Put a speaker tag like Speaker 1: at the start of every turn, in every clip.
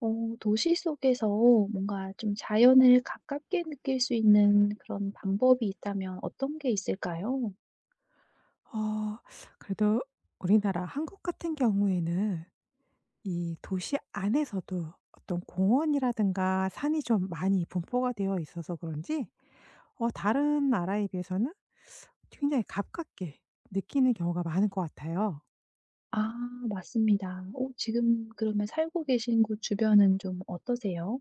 Speaker 1: 도시 속에서 뭔가 좀 자연을 가깝게 느낄 수 있는 그런 방법이 있다면 어떤 게 있을까요?
Speaker 2: 어 그래도 우리나라 한국 같은 경우에는 이 도시 안에서도 어떤 공원이라든가 산이 좀 많이 분포가 되어 있어서 그런지 다른 나라에 비해서는 굉장히 가깝게 느끼는 경우가 많은 것 같아요.
Speaker 1: 아 맞습니다. 오 지금 그러면 살고 계신 곳 주변은 좀 어떠세요?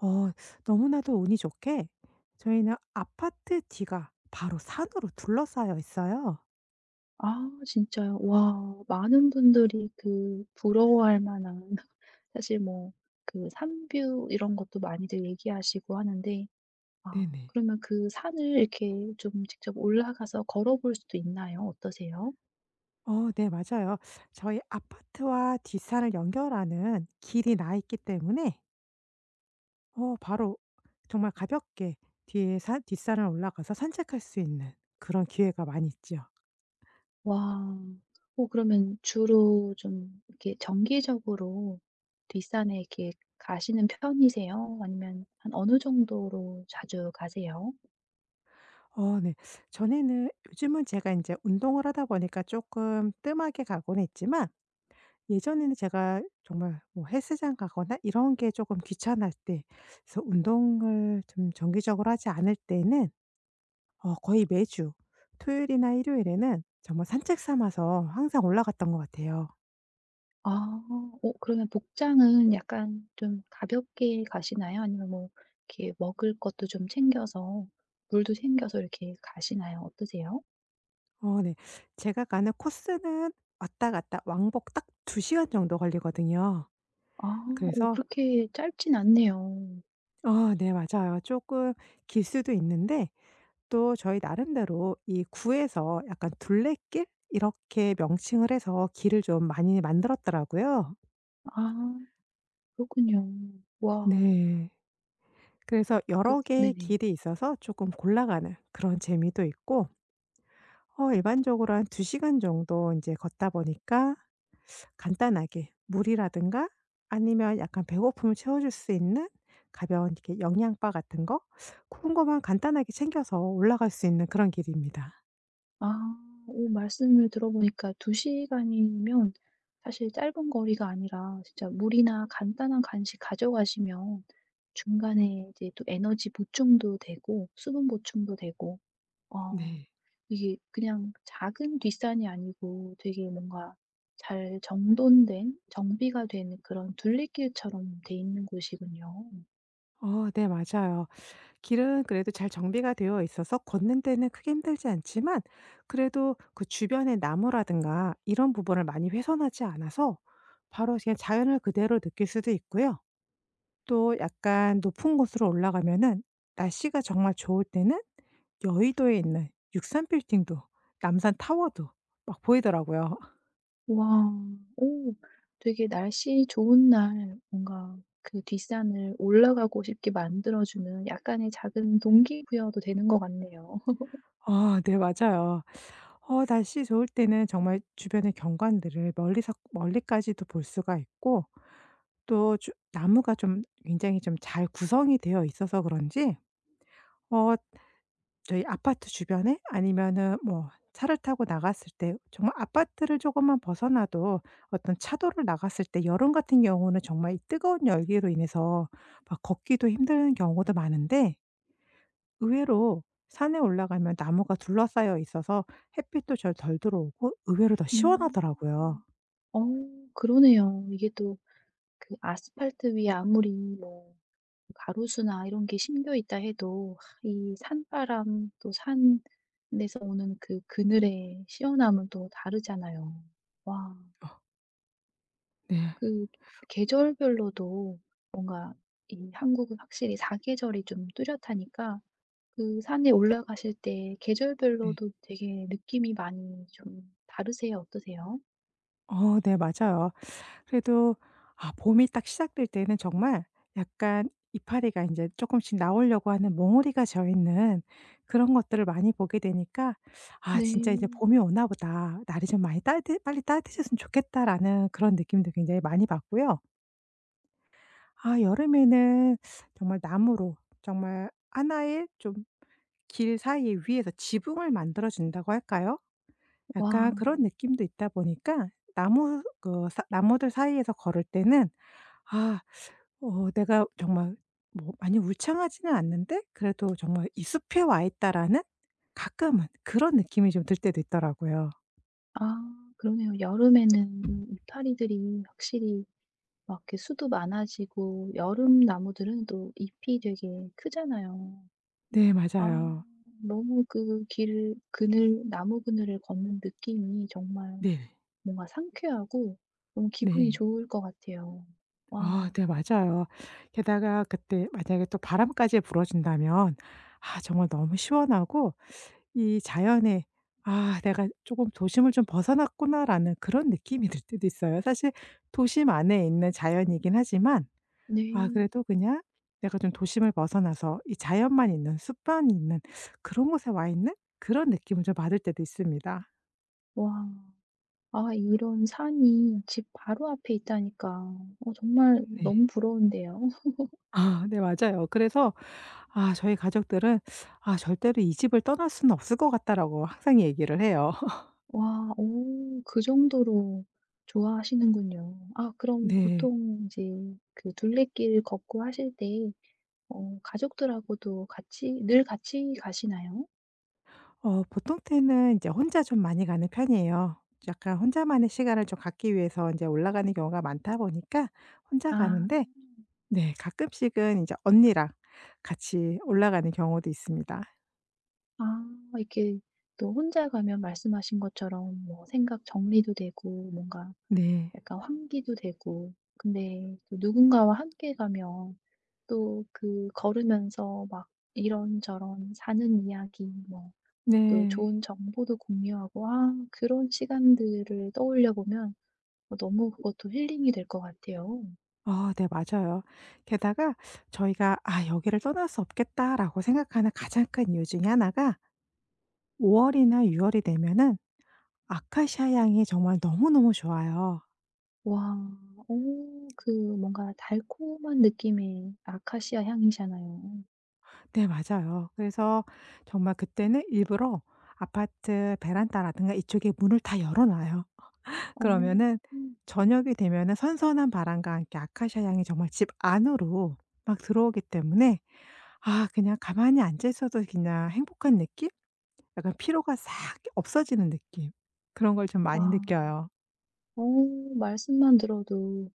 Speaker 2: 어 너무나도 운이 좋게 저희는 아파트 뒤가 바로 산으로 둘러싸여 있어요.
Speaker 1: 아 진짜요? 와 많은 분들이 그 부러워할 만한 사실 뭐 그 산뷰 이런 것도 많이들 얘기하시고 하는데 아
Speaker 2: 네네.
Speaker 1: 그러면 그 산을 이렇게 좀 직접 올라가서 걸어볼 수도 있나요? 어떠세요?
Speaker 2: 네, 맞아요. 저희 아파트와 뒷산을 연결하는 길이 나 있기 때문에 바로 정말 가볍게 뒤에 산 뒷산을 올라가서 산책할 수 있는 그런 기회가 많이 있죠.
Speaker 1: 와. 그러면 주로 좀 이렇게 정기적으로 뒷산에 이렇게 가시는 편이세요? 아니면 한 어느 정도로 자주 가세요?
Speaker 2: 네. 전에는 요즘은 제가 인제 운동을 하다 보니까 쪼끔 뜸하게 가곤 했지만 예전에는 제가 정말 뭐 헬스장 가거나 이런 게 쪼끔 귀찮을 때 그래서 운동을 좀 정기적으로 하지 않을 때는 거의 매주 토요일이나 일요일에는 정말 산책 삼아서 항상 올라갔던 것 같아요.
Speaker 1: 아. 그러면 복장은 약간 좀 가볍게 가시나요? 아니면 뭐 이렇게 먹을 것도 좀 챙겨서 물도 챙겨서 이렇게 가시나요? 어떠세요?
Speaker 2: 네. 제가 가는 코스는 왔다 갔다 왕복 딱 2시간 시간 정도 걸리거든요.
Speaker 1: 아.
Speaker 2: 그래서
Speaker 1: 그렇게 짧진 않네요.
Speaker 2: 아, 네, 맞아요. 조금 길 수도 있는데 또 저희 나름대로 이 구에서 약간 둘레길 이렇게 명칭을 해서 길을 좀 많이 만들었더라고요.
Speaker 1: 아. 그렇군요. 와.
Speaker 2: 네. 그래서
Speaker 1: 그
Speaker 2: 여러 개의
Speaker 1: 네네.
Speaker 2: 길이 있어서 조금 골라가는 그런 재미도 있고 일반적으로 한 2시간 시간 정도 이제 걷다 보니까 간단하게 물이라든가 아니면 약간 배고픔을 채워줄 수 있는 가벼운 이렇게 영양바 같은 거 그런 것만 간단하게 챙겨서 올라갈 수 있는 그런 길입니다.
Speaker 1: 아. 오 말씀을 들어보니까 두 시간이면 사실 짧은 거리가 아니라 진짜 물이나 간단한 간식 가져가시면 중간에 이제 또 에너지 보충도 되고 수분 보충도 되고 어
Speaker 2: 네.
Speaker 1: 이게 그냥 작은 뒷산이 아니고 되게 뭔가 잘 정돈된 정비가 된 그런 둘레길처럼 돼 있는 곳이군요.
Speaker 2: 네, 맞아요. 길은 그래도 잘 정비가 되어 있어서 걷는 데는 크게 힘들지 않지만 그래도 그 주변의 나무라든가 이런 부분을 많이 훼손하지 않아서 바로 그냥 자연을 그대로 느낄 수도 있고요. 또 약간 높은 곳으로 올라가면은 날씨가 정말 좋을 때는 여의도에 있는 육삼 빌딩도, 남산 타워도 막 보이더라고요.
Speaker 1: 와. 오 되게 날씨 좋은 날 뭔가 그 뒷산을 올라가고 싶게 만들어 주는 약간의 작은 동기부여도 되는 것 같네요.
Speaker 2: 아, 네, 맞아요. 날씨 좋을 때는 정말 주변의 경관들을 멀리서 멀리까지도 볼 수가 있고 또 주 나무가 좀 굉장히 좀 잘 구성이 되어 있어서 그런지 어 저희 아파트 주변에 아니면은 뭐 차를 타고 나갔을 때 정말 아파트를 조금만 벗어나도 어떤 차도를 나갔을 때 여름 같은 경우는 정말 이 뜨거운 열기로 인해서 막 걷기도 힘든 경우도 많은데 의외로 산에 올라가면 나무가 둘러싸여 있어서 햇빛도 절 덜 들어오고 의외로 더 시원하더라고요.
Speaker 1: 음. 어 그러네요. 이게 또 그 아스팔트 위에 아무리 뭐 가로수나 이런 게 심겨 있다 해도 이 산바람 또 산에서 오는 그 그늘의 시원함은 또 다르잖아요. 와.
Speaker 2: 어 네.
Speaker 1: 그 계절별로도 뭔가 이 한국은 확실히 사계절이 좀 뚜렷하니까 그 산에 올라가실 때
Speaker 2: 네.
Speaker 1: 계절별로도 되게 느낌이 많이 좀 다르세요? 어떠세요?
Speaker 2: 네, 맞아요. 그래도 아, 봄이 딱 시작될 때는 정말 약간 이파리가 이제 조금씩 나오려고 하는 몽우리가 져 있는 그런 것들을 많이 보게 되니까 '아, 진짜 이제
Speaker 1: 네.
Speaker 2: 봄이 오나 보다. 날이 좀 많이 따뜻 빨리 따뜻해졌으면 좋겠다.'라는 그런 느낌도 굉장히 많이 받고요. 아, 여름에는 정말 나무로 정말 하나의 좀 길 사이에 위에서 지붕을 만들어 준다고 할까요?
Speaker 1: 와.
Speaker 2: 약간 그런 느낌도 있다 보니까 나무 그 사 나무들 사이에서 걸을 때는 '아, 내가 정말 뭐 많이 울창하지는 않는데 그래도 정말 '이 숲에 와 있다.'라는 가끔은 그런 느낌이 좀 들 때도 있더라고요.
Speaker 1: 아 그러네요. 여름에는 이파리들이 확실히 막 이렇게 수도 많아지고 여름 나무들은 또 잎이 되게 크잖아요.
Speaker 2: 네,
Speaker 1: 아
Speaker 2: 맞아요.
Speaker 1: 너무 그 길 그늘 나무 그늘을 걷는 느낌이 정말
Speaker 2: 네네.
Speaker 1: 뭔가 상쾌하고 너무 기분이
Speaker 2: 네.
Speaker 1: 좋을 것 같아요.
Speaker 2: 아,
Speaker 1: 와.
Speaker 2: 네, 맞아요. 게다가 그때 만약에 또 바람까지 불어준다면 아, 정말 너무 시원하고 이 자연에 '아, 내가 조금 도심을 좀 벗어났구나.'라는 그런 느낌이 들 때도 있어요. 사실 도심 안에 있는 자연이긴 하지만 아,
Speaker 1: 네.
Speaker 2: 그래도 그냥 내가 좀 도심을 벗어나서 이 자연만 있는 숲만 있는 그런 곳에 와 있는 그런 느낌을 좀 받을 때도 있습니다.
Speaker 1: 와. 아 이런 산이 집 바로 앞에 있다니까 정말
Speaker 2: 네.
Speaker 1: 너무 부러운데요.
Speaker 2: 아, 네, 맞아요. 그래서 아, 저희 가족들은 "아, 절대로 이 집을 떠날 수는 없을 것 같다."라고 항상 얘기를 해요.
Speaker 1: 와. 오 그 정도로 좋아하시는군요. 아 그럼
Speaker 2: 네.
Speaker 1: 보통 이제 그 둘레길 걷고 하실 때 가족들하고도 같이 늘 같이 가시나요?
Speaker 2: 보통 때는 이제 혼자 좀 많이 가는 편이에요. 약간 혼자만의 시간을 좀 갖기 위해서 이제 올라가는 경우가 많다 보니까 혼자
Speaker 1: 아.
Speaker 2: 가는데 네, 가끔씩은 이제 언니랑 같이 올라가는 경우도 있습니다.
Speaker 1: 아 이렇게 또 혼자 가면 말씀하신 것처럼 뭐 생각 정리도 되고 뭔가
Speaker 2: 네.
Speaker 1: 약간 환기도 되고. 근데 또 누군가와 함께 가면 또 그 걸으면서 막 이런저런 사는 이야기 뭐 또
Speaker 2: 네.
Speaker 1: 좋은 정보도 공유하고 아 그런 시간들을 떠올려 보면 너무 그것도 힐링이 될 것 같아요.
Speaker 2: 아, 네, 맞아요. 게다가 저희가 '아, 여기를 떠날 수 없겠다.'라고 생각하는 가장 큰 이유 중에 하나가 5월 월이나 6월 월이 되면은 아카시아 향이 정말 너무너무 좋아요.
Speaker 1: 와. 오 그 뭔가 달콤한 느낌의 아카시아 향이잖아요.
Speaker 2: 네, 맞아요. 그래서 정말 그때는 일부러 아파트 베란다라든가 이쪽에 문을 다 열어 놔요.
Speaker 1: 어.
Speaker 2: 그러면은
Speaker 1: 음,
Speaker 2: 저녁이 되면은 선선한 바람과 함께 아카시아 향이 정말 집 안으로 막 들어오기 때문에 아, 그냥 가만히 앉아 있어도 그냥 행복한 느낌? 약간 피로가 싹 없어지는 느낌. 그런 걸 좀
Speaker 1: 와.
Speaker 2: 많이 느껴요.
Speaker 1: 어 말씀만 들어도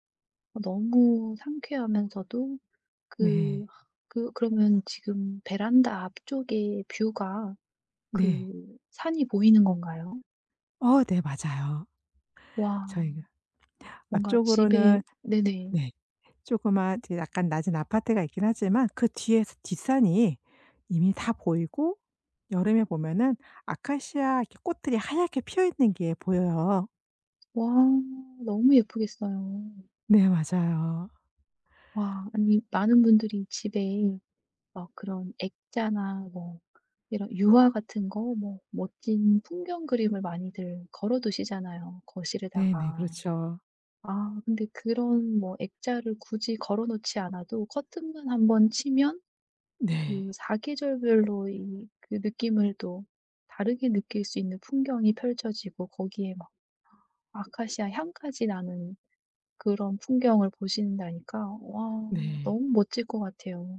Speaker 1: 너무 상쾌하면서도
Speaker 2: 네.
Speaker 1: 그 그러면 지금 베란다 앞쪽에 뷰가
Speaker 2: 네.
Speaker 1: 그 산이 보이는 건가요?
Speaker 2: 네, 맞아요.
Speaker 1: 와
Speaker 2: 저희가
Speaker 1: 뭔가 집에
Speaker 2: 앞쪽으로는
Speaker 1: 네네.
Speaker 2: 네, 조그만 이제 약간 낮은 아파트가 있긴 하지만 그 뒤에서 뒷산이 이미 다 보이고 여름에 보면은 아카시아 이렇게 꽃들이 하얗게 피어 있는 게 보여요.
Speaker 1: 와 너무 예쁘겠어요.
Speaker 2: 네, 맞아요.
Speaker 1: 와 아니 많은 분들이 집에 막 그런 액자나 뭐 이런 유화 같은 거 뭐 멋진 풍경 그림을 많이들 걸어 두시잖아요,
Speaker 2: 네네.
Speaker 1: 거실에다가.
Speaker 2: 그렇죠.
Speaker 1: 아 근데 그런 뭐 액자를 굳이 걸어 놓지 않아도 커튼만 한번 치면
Speaker 2: 네.
Speaker 1: 그 사계절별로 이 그 느낌을 또 다르게 느낄 수 있는 풍경이 펼쳐지고 거기에 막 아카시아 향까지 나는 그런 풍경을 보신다니까 와
Speaker 2: 네.
Speaker 1: 너무 멋질 것 같아요.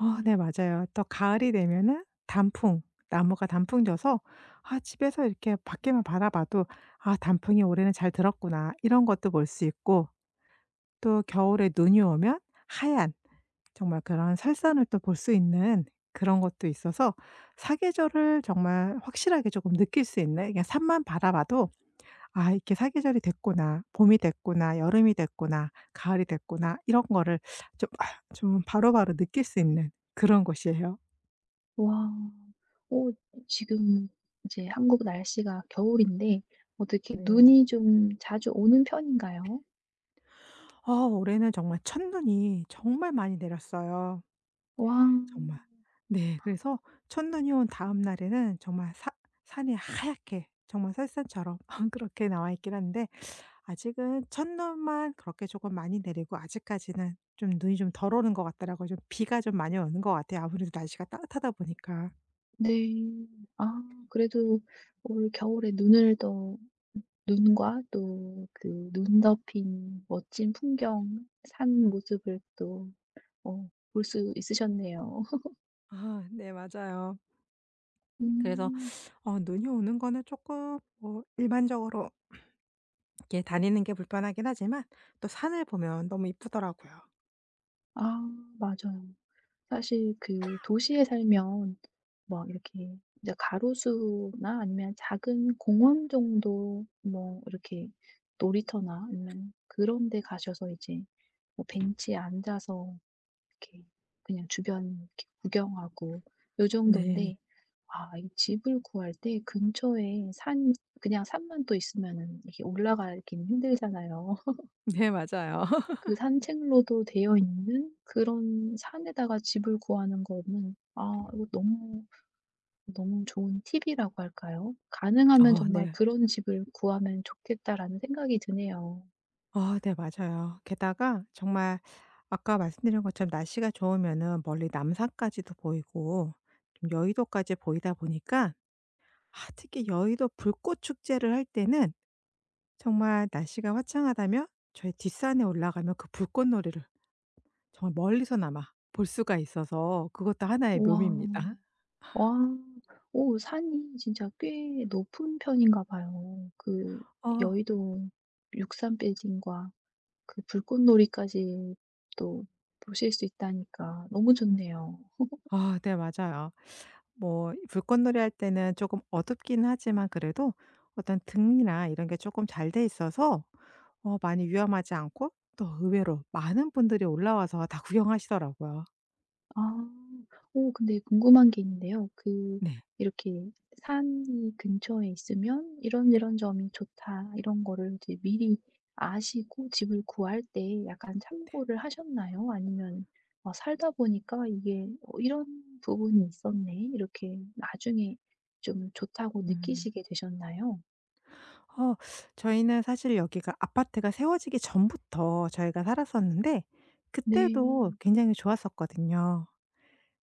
Speaker 2: 네, 맞아요. 또 가을이 되면은 단풍, 나무가 단풍 져서 아, 집에서 이렇게 밖에만 바라봐도 '아, 단풍이 올해는 잘 들었구나.' 이런 것도 볼 수 있고 또 겨울에 눈이 오면 하얀 정말 그런 설산을 또 볼 수 있는 그런 것도 있어서 사계절을 정말 확실하게 조금 느낄 수 있는 그냥 산만 바라봐도 '아, 이렇게 사계절이 됐구나. 봄이 됐구나. 여름이 됐구나. 가을이 됐구나.' 이런 거를 좀 아 좀 바로바로 느낄 수 있는 그런 곳이에요.
Speaker 1: 와. 어 지금 이제 한국 날씨가 겨울인데 어떻게 눈이 좀 자주 오는 편인가요?
Speaker 2: 아, 올해는 정말 첫눈이 정말 많이 내렸어요.
Speaker 1: 와.
Speaker 2: 정말. 네. 그래서 첫눈이 온 다음 날에는 정말 사 산이 하얗게 정말 설산처럼 그렇게 나와 있긴 한데 아직은 첫눈만 그렇게 조금 많이 내리고 아직까지는 좀 눈이 좀 덜 오는 것 같더라고요. 좀 비가 좀 많이 오는 것 같아요, 아무래도 날씨가 따뜻하다 보니까.
Speaker 1: 네. 아 그래도 올 겨울에 눈을 더 눈과 또 그 눈 덮인 멋진 풍경, 산 모습을 또 볼 수 있으셨네요.
Speaker 2: 아, 네, 맞아요. 그래서
Speaker 1: 음.
Speaker 2: 눈이 오는 거는 조금 뭐 일반적으로 이렇게 다니는 게 불편하긴 하지만 또 산을 보면 너무 이쁘더라고요.
Speaker 1: 아 맞아요. 사실 그 도시에 살면 막 이렇게 이제 가로수나 아니면 작은 공원 정도 뭐 이렇게 놀이터나 아니면 그런 데 가셔서 이제 뭐 벤치에 앉아서 이렇게 그냥 주변 이렇게 구경하고 요정도인
Speaker 2: 네.
Speaker 1: 데 아 이 집을 구할 때 근처에 산 그냥 산만 또 있으면은 이렇게 올라가긴 힘들잖아요.
Speaker 2: 네, 맞아요.
Speaker 1: 그 산책로도 되어 있는 그런 산에다가 집을 구하는 거는 아 이거 너무, 너무 좋은 팁이라고 할까요? '가능하면 정말
Speaker 2: 네.
Speaker 1: 그런 집을 구하면 좋겠다.'라는 생각이 드네요.
Speaker 2: 네, 맞아요. 게다가 정말 아까 말씀드린 것처럼 날씨가 좋으면은 멀리 남산까지도 보이고 좀 여의도까지 보이다 보니까 아, 특히 여의도 불꽃 축제를 할 때는 정말 날씨가 화창하다면 저희 뒷산에 올라가면 그 불꽃놀이를 정말 멀리서나마 볼 수가 있어서 그것도 하나의
Speaker 1: 우와.
Speaker 2: 묘미입니다.
Speaker 1: 와. 오 산이 진짜 꽤 높은 편인가 봐요. 그
Speaker 2: 어.
Speaker 1: 여의도 육산빌딩과 그 불꽃놀이까지 또 보실 수 있다니까 너무 좋네요.
Speaker 2: 아, 네, 맞아요. 뭐 불꽃놀이 할 때는 조금 어둡긴 하지만 그래도 어떤 등이나 이런 게 조금 잘 돼 있어서 많이 위험하지 않고 또 의외로 많은 분들이 올라와서 다 구경하시더라고요.
Speaker 1: 아. 오 근데 궁금한 게 있는데요. 그
Speaker 2: 네.
Speaker 1: 이렇게 산이 근처에 있으면 '이런 이런 점이 좋다.' 이런 거를 이제 미리 아시고 집을 구할 때 약간 참고를 하셨나요? 아니면 살다 보니까 이게 '어 이런 부분이 있었네.' 이렇게 나중에 좀 좋다고
Speaker 2: 음.
Speaker 1: 느끼시게 되셨나요?
Speaker 2: 어 저희는 사실 여기가 아파트가 세워지기 전부터 저희가 살았었는데
Speaker 1: 네.
Speaker 2: 그때도 굉장히 좋았었거든요.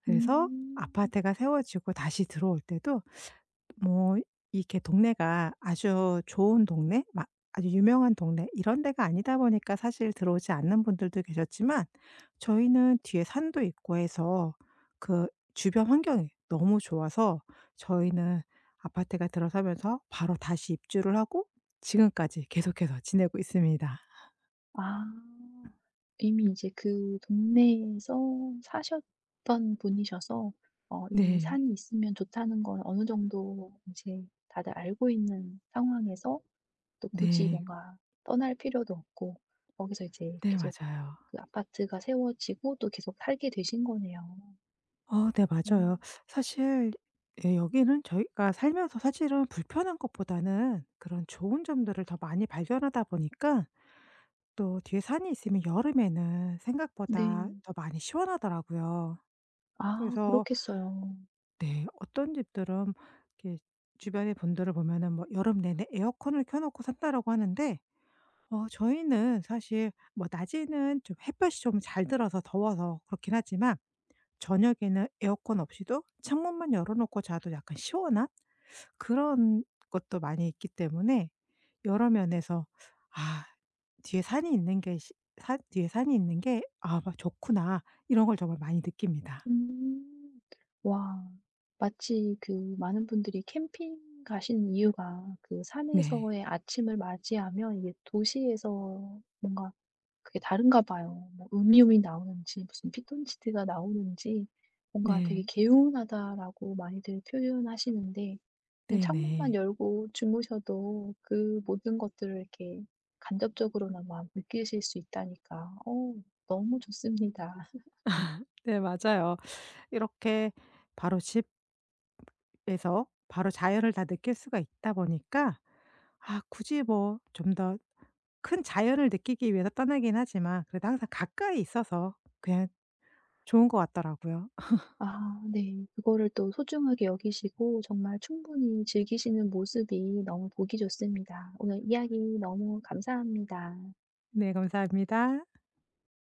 Speaker 2: 그래서
Speaker 1: 음.
Speaker 2: 아파트가 세워지고 다시 들어올 때도 뭐 이렇게 동네가 아주 좋은 동네 막 아주 유명한 동네 이런 데가 아니다 보니까 사실 들어오지 않는 분들도 계셨지만 저희는 뒤에 산도 있고 해서 그 주변 환경이 너무 좋아서 저희는 아파트가 들어서면서 바로 다시 입주를 하고 지금까지 계속해서 지내고 있습니다.
Speaker 1: 아. 이미 이제 그 동네에서 사셨던 분이셔서 이
Speaker 2: 네.
Speaker 1: 산이 있으면 좋다는 걸 어느 정도 이제 다들 알고 있는 상황에서 또 굳이
Speaker 2: 네.
Speaker 1: 뭔가 떠날 필요도 없고 거기서 이제
Speaker 2: 네,
Speaker 1: 계속
Speaker 2: 맞아요.
Speaker 1: 그 아파트가 세워지고 또 계속 살게 되신 거네요.
Speaker 2: 네, 맞아요.
Speaker 1: 음.
Speaker 2: 사실 예, 여기는 저희가 살면서 사실은 불편한 것보다는 그런 좋은 점들을 더 많이 발견하다 보니까 또 뒤에 산이 있으면 여름에는 생각보다
Speaker 1: 네.
Speaker 2: 더 많이 시원하더라고요.
Speaker 1: 아
Speaker 2: 그래서
Speaker 1: 그렇겠어요.
Speaker 2: 네, 어떤 집들은 이렇게 주변의 분들을 보면은 뭐 "여름 내내 에어컨을 켜 놓고 산다."라고 하는데 저희는 사실 뭐 낮에는 좀 햇볕이 좀 잘 들어서 더워서 그렇긴 하지만 저녁에는 에어컨 없이도 창문만 열어 놓고 자도 약간 시원한 그런 것도 많이 있기 때문에 여러 면에서 '아, 뒤에 산이 있는 게 시 뒤에 산이 있는 게 아, 좋구나.' 이런 걸 정말 많이 느낍니다.
Speaker 1: 음. 와. 마치 그 많은 분들이 캠핑 가시는 이유가 그
Speaker 2: 네.
Speaker 1: 산에서의 아침을 맞이하면 이게 도시에서 뭔가 그게 다른가 봐요. 뭐 음이온이 나오는지 무슨 피톤치드가 나오는지 뭔가 되게
Speaker 2: 네.
Speaker 1: "개운하다."라고 많이들 표현하시는데 그냥
Speaker 2: 네 네.
Speaker 1: 창문만
Speaker 2: 네,
Speaker 1: 열고 주무셔도 그 모든 것들을 이렇게 간접적으로나마 느끼실 수 있다니까 너무 좋습니다.
Speaker 2: 네, 맞아요. 이렇게 바로 집에서 바로 자연을 다 느낄 수가 있다 보니까 아, 굳이 뭐좀더 큰 자연을 느끼기 위해서 떠나긴 하지만 그래도 항상 가까이 있어서 그냥 좋은 것 같더라고요.
Speaker 1: 아 네. 그거를 또 소중하게 여기시고 정말 충분히 즐기시는 모습이 너무 보기 좋습니다. 오늘 이야기 너무 감사합니다.
Speaker 2: 네, 감사합니다.